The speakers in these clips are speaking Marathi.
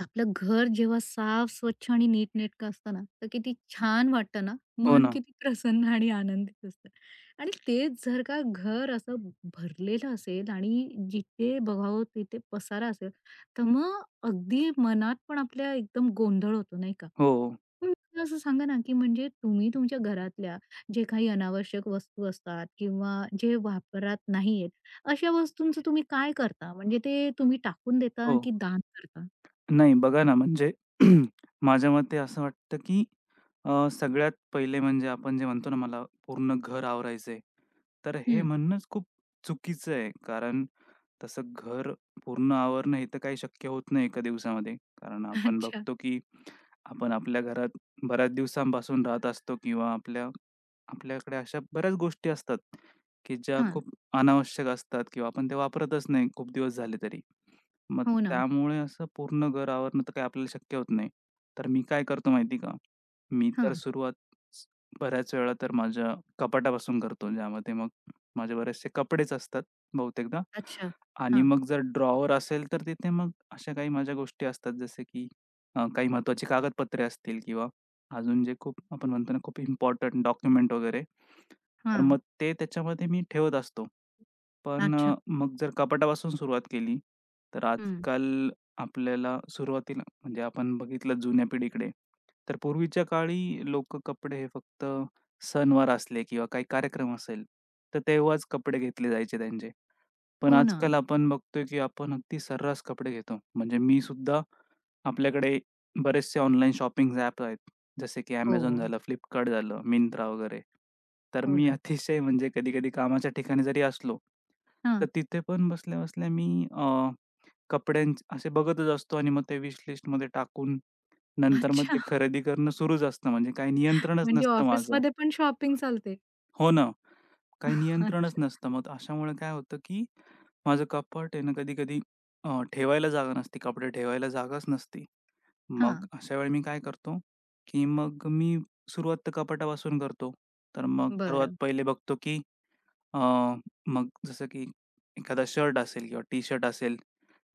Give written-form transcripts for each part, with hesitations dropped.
आपलं घर जेव्हा साफ, स्वच्छ आणि नीटनेटकं असतं ना, तर किती छान वाटतं ना. हो मन ना. किती प्रसन्न आणि आनंदित असतं. आणि तेच जर का घर असं भरलेलं असेल आणि जिथे बघावं तिथे पसारा असेल, तर मग अगदी मनात पण आपल्या एकदम गोंधळ होतो, नाही का? हो, मग मला असं सांगा ना, की म्हणजे तुम्ही तुमच्या घरातल्या जे काही अनावश्यक वस्तू असतात किंवा जे वापरात नाही अशा वस्तूंचं तुम्ही काय करता? म्हणजे ते तुम्ही टाकून देता हो. की दान करता? नाही बघा ना, म्हणजे माझ्या मते असं वाटतं, की सगळ्यात पहिले म्हणजे आपण जे म्हणतो ना, मला पूर्ण घर आवरायचंय. तर हे म्हणणंच खूप चुकीचं आहे. कारण तसं घर पूर्ण आवरणं हे तर काही शक्य होत नाही एका दिवसामध्ये. कारण आपण अच्छा. बघतो, की आपण आपल्या घरात बऱ्याच दिवसांपासून राहत असतो किंवा आपल्याकडे अशा बऱ्याच गोष्टी असतात, की ज्या हां. खूप अनावश्यक असतात किंवा आपण ते वापरतच नाही खूप दिवस झाले तरी. मग हो ना. त्यामुळे असं पूर्ण घर आवरणं तर काही आपल्याला शक्य होत नाही. तर मी काय करतो माहिती का? मी तर हां. सुरुवात स- बऱ्याच वेळा तर माझ्या कपाटापासून करतो. ज्यामध्ये मग माझे बरेचसे कपडेच असतात बहुतेकदा. अच्छा. आणि हां. मग जर ड्रॉवर असेल, तर तिथे मग अशा काही माझ्या गोष्टी असतात, जसं की काही महत्त्वाची कागदपत्रे असतील किंवा अजून जे खूप आपण म्हणतो ना, खूप इम्पोर्टंट डॉक्युमेंट वगैरे, तर हां. मग ते त्याच्यामध्ये मी ठेवत असतो. पण अच्छा. मग जर कपाटापासून सुरुवात केली, तर हं. आजकाल आपल्याला सुरुवातीला म्हणजे आपण बघितलं जुन्या पिढीकडे, तर पूर्वीच्या काळी लोकं कपडे हे फक्त सणवार असले किंवा काही कार्यक्रम असेल, तर तेव्हाच कपडे घेतले जायचे त्यांचे. पण हो ना. आजकाल आपण बघतोय, की आपण अगदी सर्रास कपडे घेतो. म्हणजे मी सुद्धा आपल्याकडे बरेचसे ऑनलाईन शॉपिंग ॲप्स आहेत. जसे की हो. Amazon झालं, Flipkart झालं, Myntra वगैरे. तर हो मी ना. अतिशय म्हणजे कधी-कधी कामाच्या ठिकाणी जरी असलो, हां. तर तिथे पण बसल्या-बसल्या मी कपड्यांचे असे बघतच असतो आणि मग ते विश लिस्टमध्ये टाकून नंतर मग अच्छा. ते खरेदी करणं सुरूच असतं. म्हणजे काही नियंत्रणच म्हणजे नसतं माझं. ऑफिसमध्ये पण शॉपिंग चालते. हो ना. काही नियंत्रणच अच्छा. नसतं. मग अशामुळे काय होतं, की माझं कपाट आहे ना कधी-कधी ठेवायला जागा नसते, कपडे ठेवायला जागाच नसते. मग हां. अशा वेळी मी काय करतो, की मग मी सुरुवात तर कपाटापासून करतो. तर मग सर्वात बरं. पहिले बघतो, की अ, मग जसं की एखादा शर्ट असेल किंवा टी-शर्ट असेल,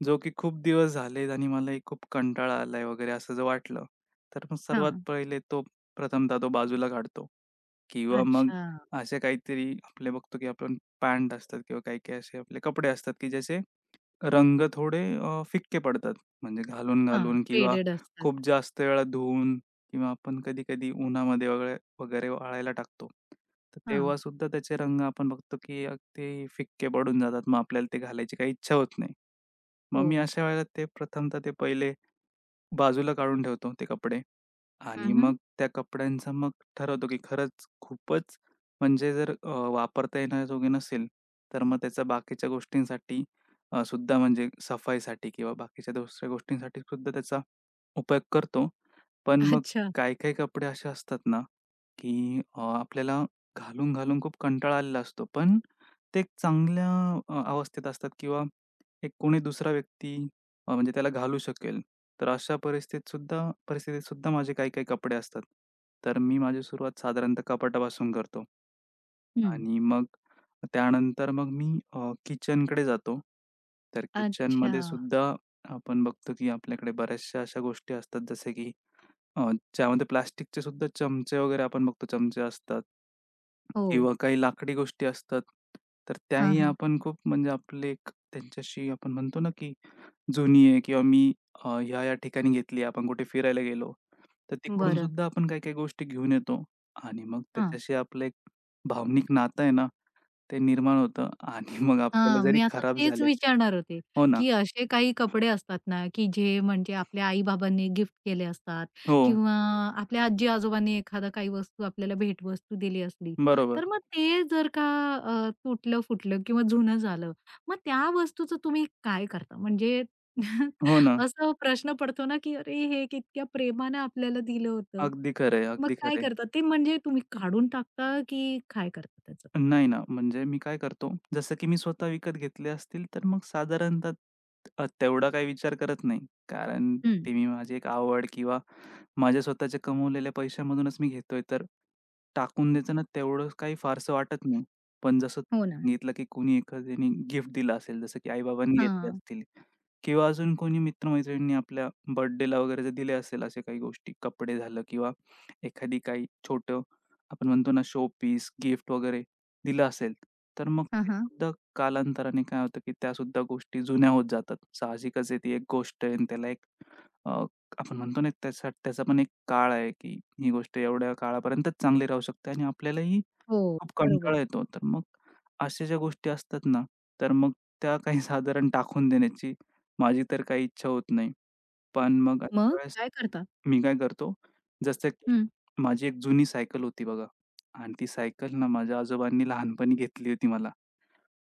जो की खूप दिवस झालेत आणि मला एक खूप कंटाळा आलाय वगैरे असं जर वाटलं, तर मग सर्वात हां. पहिले तो प्रथमतः तो बाजूला काढतो. किंवा मग अच्छा. असे काहीतरी आपले बघतो की आपण पॅन्ट असतात किंवा काही-काही असे आपले कपडे असतात की ज्याचे रंग थोडे फिक्के पडतात. म्हणजे हां. घालून-घालून किंवा पेडेड असतात. खूप जास्त वेळा धुवून किंवा आपण कधी-कधी उन्हामध्ये वगैरे वगैरे वाळायला टाकतो. तर हां. तेव्हासुद्धा त्याचे रंग आपण बघतो की अगदी फिक्के पडून जातात. मग आपल्याला ते घालायची काही इच्छा होत नाही. मग हो. मी अशा वेळेला ते प्रथमतः ते पहिले बाजूला काढून ठेवतो ते कपडे हं, आणि हं. मग त्या कपड्यांचा मग ठरवतो, की खरंच खूपच म्हणजे जर वापरता येण्याजोगे नसेल, तर मग त्याचा बाकीच्या गोष्टींसाठी सुद्धा म्हणजे सफाईसाठी किंवा बाकीच्या दुसऱ्या गोष्टींसाठी सुद्धा त्याचा उपयोग करतो. पण मग अच्छा. काही-काही कपडे असे असतात ना, की आपल्याला घालून-घालून खूप कंटाळा आलेला असतो. पण ते एक चांगल्या अवस्थेत असतात किंवा एक कोणी दुसरा व्यक्ती म्हणजे त्याला घालू शकेल. तर अशा परिस्थितीत सुद्धा माझे काही-काही कपडे असतात. तर मी माझी सुरुवात साधारणतः कपाटापासून करतो हं. आणि मग त्यानंतर मग मी किचनकडे जातो. तर अच्छा. किचनमध्ये सुद्धा आपण बघतो, की आपल्याकडे बऱ्याचशा अशा गोष्टी असतात जसे की अ, ज्यामध्ये प्लास्टिकचे सुद्धा चमचे वगैरे आपण बघतो चमचे असतात हो. किंवा काही लाकडी गोष्टी असतात. तर हां, त्याही हां. आपण खूप म्हणजे आपले एक त्यांच्याशी आपण म्हणतो ना, की जुनी आहे किंवा मी ह्या-ह्या ठिकाणी घेतली, आपण कुठे फिरायला गेलो, तर तिकडून बरं. सुद्धा आपण काही-काही गोष्टी घेऊन येतो आणि मग हां. त्याच्याशी आपलं एक भावनिक नातं आहे ना, ते निर्माण होतं आणि मग आपल्याला हां, जरी मी आता खराब तेच झाल्या विचारणार होते, हो ना. की असे काही कपडे असतात ना, की जे म्हणजे आपल्या आई-बाबांनी गिफ्ट केले असतात हो, किंवा आपल्या आजी-आजोबांनी एखादा काही वस्तू आपल्याला भेटवस्तू दिली असली, बरोबर. तर मग ते जर का तुटलं-फुटलं किंवा जुनं झालं, मग त्या वस्तूचं तुम्ही काय करता? म्हणजे हो ना. असा प्रश्न पडतो ना, की "अरे, हे इतक्या प्रेमानं आपल्याला दिलं होतं." अगदी खरं मग अगदी काय खरं करता? ते म्हणजे तुम्ही काढून टाकता, की काय करता त्याचं? नाही ना, म्हणजे मी काय करतो, जसं की मी स्वतः विकत घेतले असतील, तर मग साधारणतः तेवढा काही विचार करत नाही. कारण हं, ती मी माझी एक आवड किंवा माझ्या स्वतःच्या कमवलेल्या पैशामधूनच मी घेतोय, तर टाकून द्यायचं ना, तेवढं काही फारसं वाटत नाही. पण जसं हो ना. सांगितलं, की कोणी एखाद्याने गिफ्ट दिलं असेल, जसं की आई घेतले हां. असतील किंवा अजून कोणी मित्र आपल्या बर्थडेला वगैरे जर दिले असेल अशा काही गोष्टी, कपडे झालं किंवा एखादी काही छोटं आपण म्हणतो ना, शोपीस, गिफ्ट वगैरे, दिलं असेल, तर मग हां, ते हां. सुद्धा कालांतराने काय होतं, की त्यासुद्धा गोष्टी जुन्या होत जातात. साहजिकच आहे ती एक गोष्ट आहे आणि त्याला एक अ, आपण म्हणतो ना त्याचा त्याचा पण एक काळ आहे, की ही गोष्ट एवढ्या काळापर्यंतच चांगली राहू शकते आणि आपल्यालाही हो, खूप बरोबर. कंटाळा येतो. तर मग अशा ज्या गोष्टी असतात ना, तर मग त्या काही साधारण टाकून देण्याची माझी तर काही इच्छा होत नाही. पण मग अशा मग वेळेस काय करता? मी काय करतो, जसं की हं. माझी एक जुनी सायकल होती बघा आणि ती सायकल ना माझ्या आजोबांनी लहानपणी घेतली होती मला.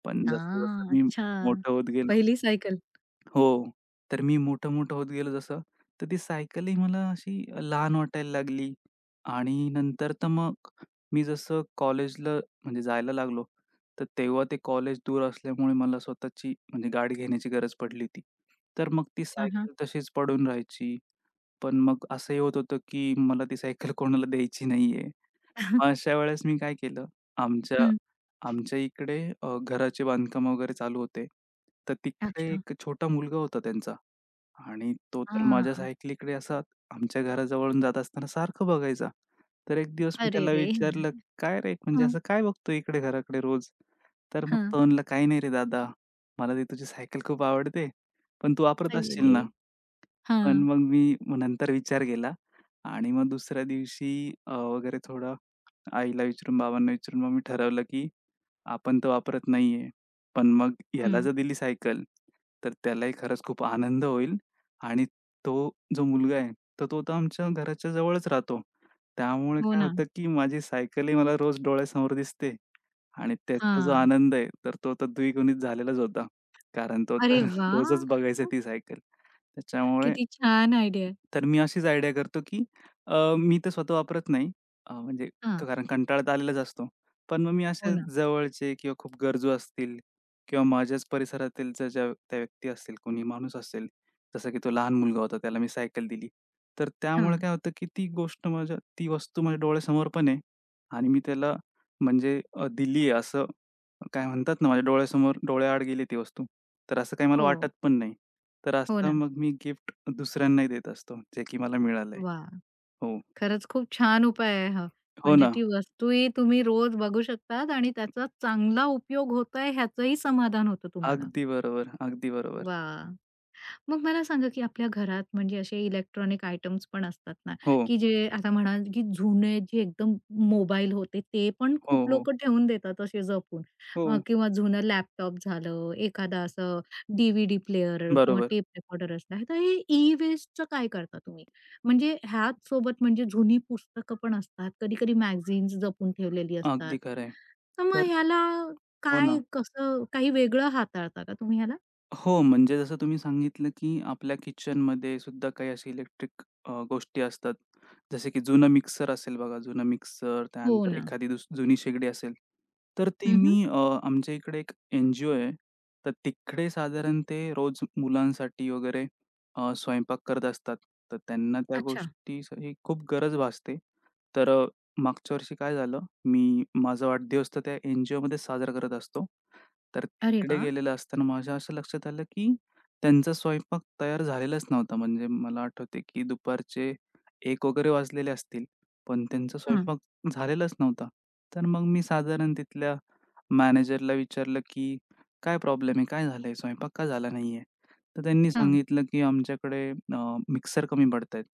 पण जसं-जसं हां, मी अच्छा. मोठं होत गेलो पहिली सायकल. हो. तर मी मोठं-मोठं होत गेलो जसं, तर ती सायकलही मला अशी लहान वाटायला लागली आणि नंतर तर मग मी जसं कॉलेजला म्हणजे जायला लागलो, तर तेव्हा ते कॉलेज दूर असल्यामुळे मला स्वतःची म्हणजे गाडी घेण्याची गरज पडली होती. तर मग ती हां, हां. सायकल तशीच पडून राहायची. पण मग असंही होत होतं, की मला ती सायकल कोणाला द्यायची नाहीये. मग अशा वेळेस मी काय केलं, आमच्या हं. आमच्या इकडे घराचे बांधकाम वगैरे चालू होते. तर तिकडे अच्छा. एक छोटा मुलगा होता त्यांचा आणि तो तर माझ्या हां. सायकलीकडे असा आमच्या घराजवळून जात असताना सारखं बघायचा. तर एक दिवस मी अरे त्याला रे! विचारलं, "काय रे, म्हणजे हां, असं काय बघतोय इकडे घराकडे रोज?" तर मग हां. तो म्हणला, "काही नाही रे दादा, मला ती तुझी सायकल खूप आवडते, पण तू वापरत असशील अलेले! ना?" पण हां. मग मी नंतर विचार केला आणि मग दुसऱ्या दिवशी वगैरे थोडा आईला विचारून, बाबांना विचारून मग मी ठरवलं, की आपण तर वापरत नाहीये. पण मग ह्याला हं. जर दिली सायकल, तर त्यालाही खरंच खूप आनंद होईल आणि तो जो मुलगा आहे, तर तो तर आमच्या घराच्या जवळच राहतो. त्यामुळे हो काय ना. होतं, की माझी सायकलही मला रोज डोळ्यासमोर दिसते आणि त्याचा जो हां. आनंद आहे, तर तो तर द्विगुणित झालेलाच होता. कारण तो तर अरे रोजच वाह! बघायचा ती सायकल. त्याच्यामुळे किती छान आयडिया आहे. तर मी अशीच आयडिया करतो, की मी तर स्वतः वापरत नाही. म्हणजे हां. कारण कंटाळा आलेलाच असतो. पण मग मी हो असे ना. जवळचे किंवा खूप गरजू असतील किंवा माझ्याच परिसरातील ज्या ज्या त्या व्यक्ती असतील, कोणी माणूस असेल, जसं की तो लहान मुलगा होता त्याला मी सायकल दिली. तर त्यामुळे हां. काय होतं, की ती वस्तू माझ्या डोळ्यासमोर पण आहे आणि मी त्याला म्हणजे दिली आहे असं काय म्हणतात ना, माझ्या डोळ्यासमोर डोळ्याआड गेली ती वस्तू. तर असं काही मला हो. वाटत पण नाही. तर हो असं ना. मग मी गिफ्ट दुसऱ्यांनाही देत असतो, जे की मला मिळालंय. वाह! हो. खरंच खूप छान उपाय आहे हा. हो म्हणजे ना. ती वस्तूही तुम्ही रोज बघू शकतात आणि त्याचा चांगला उपयोग होतोय ह्याचंही समाधान होतं तुम्हाला. अगदी बरोबर, अगदी बरोबर. वाह! मग मला सांगा, की आपल्या घरात म्हणजे असे इलेक्ट्रॉनिक आयटम्स पण असतात ना, हो, की जे आता म्हणाल, की जुने जे एकदम मोबाईल होते, ते पण हो, खूप हो, लोकं ठेवून देतात असे जपून हो. किंवा जुनं लॅपटॉप झालं, एखादा असं DVD प्लेअर किंवा बरोबर. टेप रेकॉर्डर असला. तर हे ई-वेस्टचं काय करता तुम्ही? म्हणजे ह्याच सोबत म्हणजे जुनी पुस्तकं पण असतात, कधी-कधी मॅगझीन्स जपून ठेवलेली असतात. अगदी खरं आहे. तर मग तर ह्याला हो काय, ना. कसं काही वेगळं हाताळता का तुम्ही ह्याला? हो, म्हणजे जसं तुम्ही सांगितलं, की आपल्या किचनमध्ये सुद्धा काही असे इलेक्ट्रिक गोष्टी असतात. जसे की जुनं मिक्सर असेल बघा, जुनं मिक्सर, हो त्यानंतर ना. एखादी जुनी शेगडी असेल. तर ती हं, मी आमच्या इकडे एक एन-जी-ओ आहे. तर तिकडे साधारण ते रोज मुलांसाठी वगैरे स्वयंपाक करत असतात. तर त्यांना त्या अच्छा. गोष्टीची खूप गरज भासते. तर मागच्या वर्षी काय झालं मी माझा वाढदिवस तर त्या एन-जी-ओमध्ये साजरा करत असतो. तर अरे तिकडे वा, गेलेलं असताना माझ्या असं लक्षात आलं, की त्यांचा स्वयंपाक तयार झालेलाच नव्हता. म्हणजे मला आठवते, की दुपारचे 1 वगैरे वाजलेले असतील, पण त्यांचा हां. स्वयंपाक झालेलाच नव्हता. तर मग मी साधारण तिथल्या मॅनेजरला विचारलं, की "काय प्रॉब्लेम आहे? काय झालंय? स्वयंपाक का झाला नाहीये?" तर त्यांनी हां. सांगितलं, की "आमच्याकडे मिक्सर कमी पडतायत."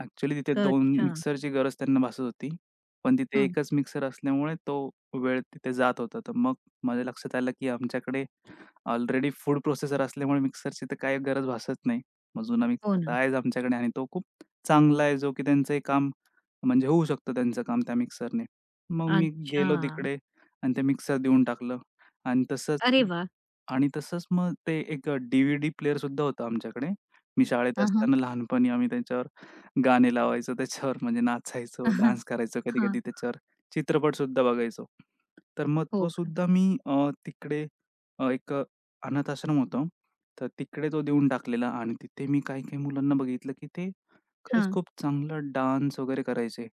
ॲक्चुअली तिथे 2 अच्छा. मिक्सरची गरज त्यांना भासत होती. पण तिथे हां. एकच मिक्सर असल्यामुळे तो वेळ तिथे जात होता. तर मग माझ्या लक्षात आलं, की आमच्याकडे ऑलरेडी फूड प्रोसेसर असल्यामुळे मिक्सरची तर काही गरज भासत नाही. मग जुना हो मिक्सर तर ना. आहेच आमच्याकडे आणि तो खूप चांगला आहे, जो की त्यांचंही काम म्हणजे होऊ शकतं त्यांचं काम त्या मिक्सरने. मग मी अच्छा. गेलो तिकडे आणि ते मिक्सर देऊन टाकलं आणि तसंच अरे वाह! आणि तसंच मग ते एक डी-व्ही-डी प्लेअर सुद्धा होता आमच्याकडे. मी शाळेत आ हां. असताना लहानपणी आम्ही त्याच्यावर गाणे लावायचो, त्याच्यावर म्हणजे नाचायचो, डान्स करायचो हां. कधी-कधी त्याच्यावर. चित्रपटसुद्धा बघायचो. तर मग तो हो का? सुद्धा मी तिकडे एक अनाथ आश्रम होतं. तर तिकडे तो देऊन टाकलेला आणि तिथे मी काही-काही मुलांना बघितलं की ते खरंच हां. खूप चांगला डान्स वगैरे करायचे.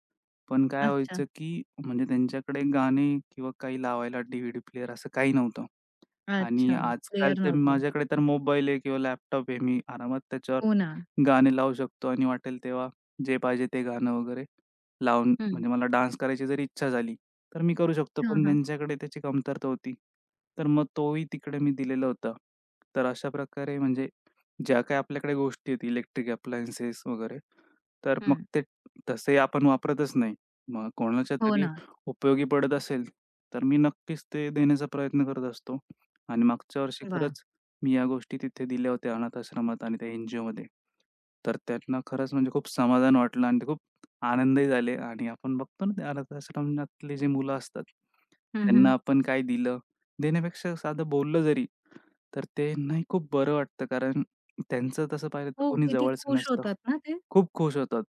पण काय अच्छा. व्हायचं, की म्हणजे त्यांच्याकडे गाणे किंवा काही लावायला डी-व्ही-डी प्लेअर असं काही नव्हतं. आणि अच्छा. आजकाल प्लेयर तर नव्हतं. माझ्याकडे तर मोबाईल आहे किंवा लॅपटॉप आहे. मी आरामात त्याच्यावर हो ना. गाणे लावू शकतो आणि वाटेल तेव्हा जे पाहिजे ते गाणं वगैरे लावून हं. म्हणजे मला डान्स करायची जरी इच्छा झाली, तर मी करू शकतो. हां, पण हां. त्यांच्याकडे त्याची कमतरता होती. तर मग तोही तिकडे मी दिलेला होता. तर अशा प्रकारे म्हणजे ज्या काही आपल्याकडे गोष्टी आहेत इलेक्ट्रिक अप्लायन्सेस वगैरे, तर मग हं. ते तसे आपण वापरतच नाही. मग कोणाच्या हो तरी ना. उपयोगी पडत असेल, तर मी नक्कीच ते देण्याचा प्रयत्न करत असतो. आणि मागच्या वर्षी वाह! खरंच मी या गोष्टी तिथे दिल्या होत्या अनाथ आश्रमात आणि त्या एन-जी-ओमध्ये. तर त्यांना खरंच म्हणजे खूप समाधान वाटलं आणि ते खूप आनंदही झाले आणि आपण बघतो ना, ते अनाथ आश्रमातले जे मुलं असतात, हं, त्यांना हं. आपण काय दिलं, देण्यापेक्षा साधं बोललं जरी, तर त्यांनाही खूप बरं वाटतं कारण त्यांचं तसं पाहिलं तर हो, कोणी किती जवळचं खुश नसतं. होतात ना ते. खूप खुश होतात.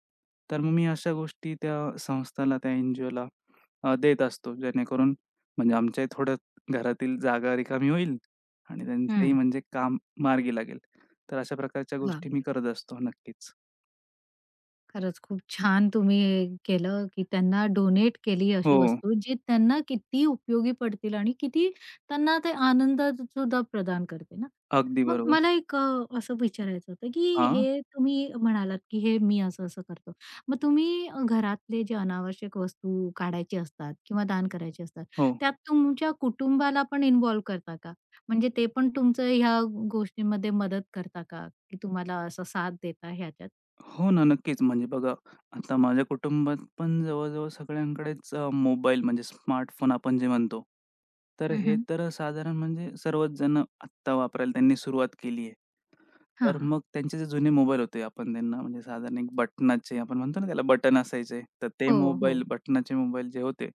तर मग मी अशा गोष्टी त्या संस्थाला, त्या एन-जी-ओला देत असतो. जेणेकरून म्हणजे आमच्याही थोडं घरातील जागा रिकामी होईल आणि त्यांचंही हं. म्हणजे काम मार्गी लागेल. तर अशा प्रकारच्या वाह! गोष्टी मी करत असतो नक्कीच. खरंच खूप छान तुम्ही केलं, की त्यांना डोनेट केली अशी हो, वस्तू, जी त्यांना किती उपयोगी पडतील आणि किती त्यांना ते आनंद सुद्धा प्रदान करते. ना. अगदी मग बरोबर. मला एक असं विचारायचं होतं, की हां, हे तुम्ही म्हणालात, की हे मी असं-असं करतो. मग तुम्ही घरातले जे अनावश्यक वस्तू काढायचे असतात किंवा दान करायचे असतात, हो. त्यात तुमच्या कुटुंबाला पण इन्व्हॉल्व करता का? म्हणजे ते पण तुमचं ह्या गोष्टींमध्ये मदत करता का? की तुम्हाला असा साथ देता ह्याच्यात? हो ना, नक्कीच. म्हणजे बघा, आता माझ्या कुटुंबात पण जवळ सगळ्यांकडेच मोबाईल म्हणजे स्मार्टफोन आपण जे म्हणतो. तर हं, हे हं. तर साधारण म्हणजे सर्वच जण आत्ता वापरायला त्यांनी सुरुवात केली आहे. तर मग त्यांचे जे जुने मोबाईल होते, आपण त्यांना म्हणजे साधारण एक बटनाचे आपण म्हणतो ना त्याला बटन असायचे. तर ते हो, हो. मोबाईल बटनाचे मोबाईल जे होते,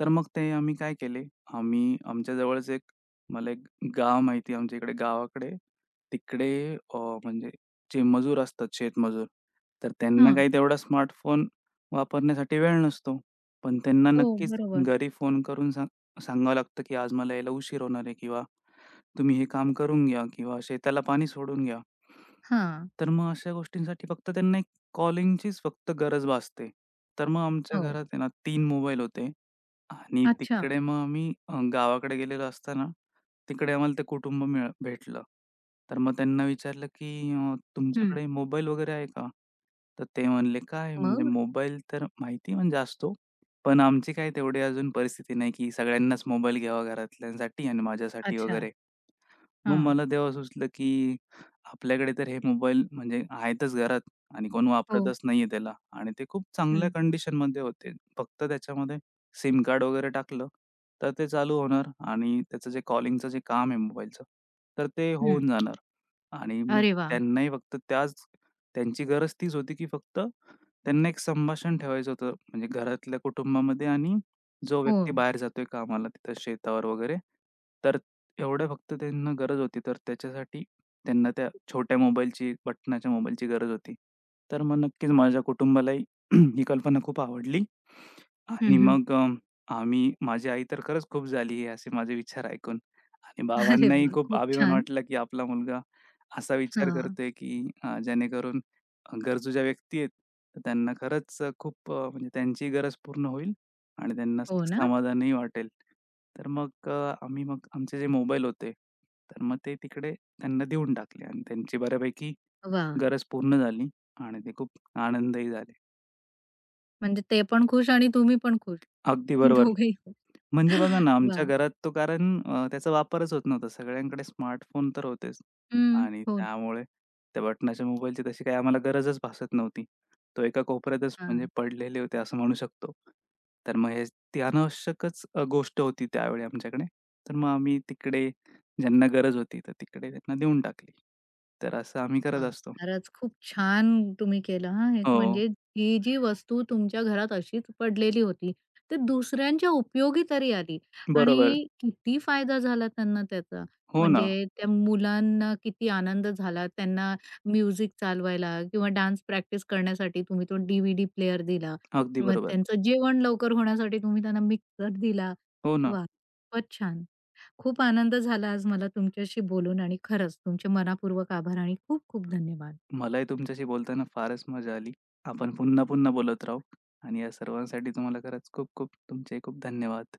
तर मग ते आम्ही काय केले, आम्ही आमच्या जवळच मला एक गाव माहिती आहे आमच्या इकडे गावाकडे. तिकडे म्हणजे जे मजूर असतात शेतमजूर, तर त्यांना हां. काही तेवढा स्मार्टफोन वापरण्यासाठी वेळ नसतो. पण त्यांना हो, नक्कीच बरोबर. घरी फोन करून सांगावं लागतं, की आज मला यायला उशीर होणार आहे किंवा तुम्ही हे काम करून घ्या किंवा शेताला पाणी सोडून घ्या. हां. तर मग अशा गोष्टींसाठी फक्त त्यांना एक कॉलिंगचीच फक्त गरज भासते. तर मग आमच्या हो. घरात आहे ना 3 मोबाईल होते आणि अच्छा. तिकडे मग आम्ही गावाकडे गेलेलो असताना तिकडे आम्हाला ते कुटुंब भेटलं. तर मग त्यांना विचारलं, की हं. "तुमच्याकडे मोबाईल वगैरे आहे का?" तर ते म्हणले, "काय म्हणजे मग? मोबाईल तर माहिती म्हणजे असतो, पण आमची काय तेवढी अजून परिस्थिती नाही, की सगळ्यांनाच मोबाईल घ्यावा घरातल्यांसाठी आणि माझ्यासाठी अच्छा. वगैरे." मग हां. मला तेव्हा सुचलं, की आपल्याकडे तर हे मोबाईल म्हणजे आहेतच घरात आणि कोण हो. वापरतच नाहीये त्याला आणि ते खूप चांगल्या हं. कंडिशनमध्ये होते. फक्त त्याच्यामध्ये सिम कार्ड वगैरे टाकलं, तर ते चालू होणार आणि त्याचं जे कॉलिंगचं जे काम आहे मोबाईलचं, तर ते हं. होऊन जाणार. आणि मग अरे वाह! त्यांनाही फक्त त्याच त्यांची गरज तीच होती, की फक्त त्यांना एक संभाषण ठेवायचं होतं. म्हणजे घरातल्या कुटुंबामध्ये आणि जो हो. व्यक्ती बाहेर जातोय कामाला तिथं शेतावर वगैरे, तर एवढ्या फक्त त्यांना गरज होती. तर त्याच्यासाठी त्यांना त्या छोट्या मोबाईलची, बटनाच्या मोबाईलची गरज होती. तर मग नक्कीच माझ्या कुटुंबालाही ही कल्पना खूप आवडली हं, आणि हं. मग आम्ही माझी आई तर खरंच खूश झाली आहे असे माझे विचार ऐकून आणि अरे बाबांनाही वाह! खूप खूप अभिमान छान. वाटला, की आपला मुलगा असा विचार हां. करतोय, की जेणेकरून गरजू ज्या व्यक्ती आहेत, तर त्यांना खरंच खूप म्हणजे त्यांचीही गरज पूर्ण होईल आणि त्यांना हो एक ना? समाधानही वाटेल. तर मग आम्ही मग आमचे जे मोबाईल होते, तर मग ते तिकडे त्यांना देऊन टाकले आणि त्यांची बऱ्यापैकी वाह! गरज पूर्ण झाली आणि ते खूप आनंदही झाले. म्हणजे ते पण खुश आणि तुम्ही पण खुश. अगदी बरोबर. दोघेही खुश. म्हणजे बघा ना, आमच्या वाह! घरात तो कारण त्याचा वापरच होत नव्हता. सगळ्यांकडे स्मार्टफोन तर होतेच हं. आणि हो. त्यामुळे त्या बटनाच्या मोबाईलची तशी काही आम्हाला गरजच भासत नव्हती. तो एका कोपऱ्यातच म्हणजे हां. पडलेले होते असं म्हणू शकतो. तर मग हे ती अनावश्यकच गोष्ट होती त्यावेळी आमच्याकडे. तर मग आम्ही तिकडे ज्यांना गरज होती, तर तिकडे त्यांना देऊन टाकली. तर असं आम्ही करत वा, असतो. खरंच खूप छान तुम्ही केलं हां, हे की हो, म्हणजे जी जी वस्तू तुमच्या घरात अशीच पडलेली होती, ते दुसऱ्यांच्या उपयोगी तरी आली बरोबर. आणि किती फायदा झाला त्यांना त्याचा. हो ना. म्हणजे त्या मुलांना किती आनंद झाला. त्यांना म्युझिक चालवायला किंवा डान्स प्रॅक्टिस करण्यासाठी तुम्ही तो DV दिला. अगदी मग बरोबर. त्यांचं जेवण लवकर होण्यासाठी तुम्ही त्यांना मिक्सर दिला. हो ना. वाह! खूपच छान. खूप आनंद झाला आज मला तुमच्याशी बोलून आणि खरंच तुमचे मनापूर्वक आभार आणि खूप खूप धन्यवाद. मलाही तुमच्याशी बोलताना फारच मजा आली. आपण पुन्हा-पुन्हा बोलत राहू आणि या सर्वांसाठी तुम्हाला खरंच खूप-खूप तुमचे खूप धन्यवाद.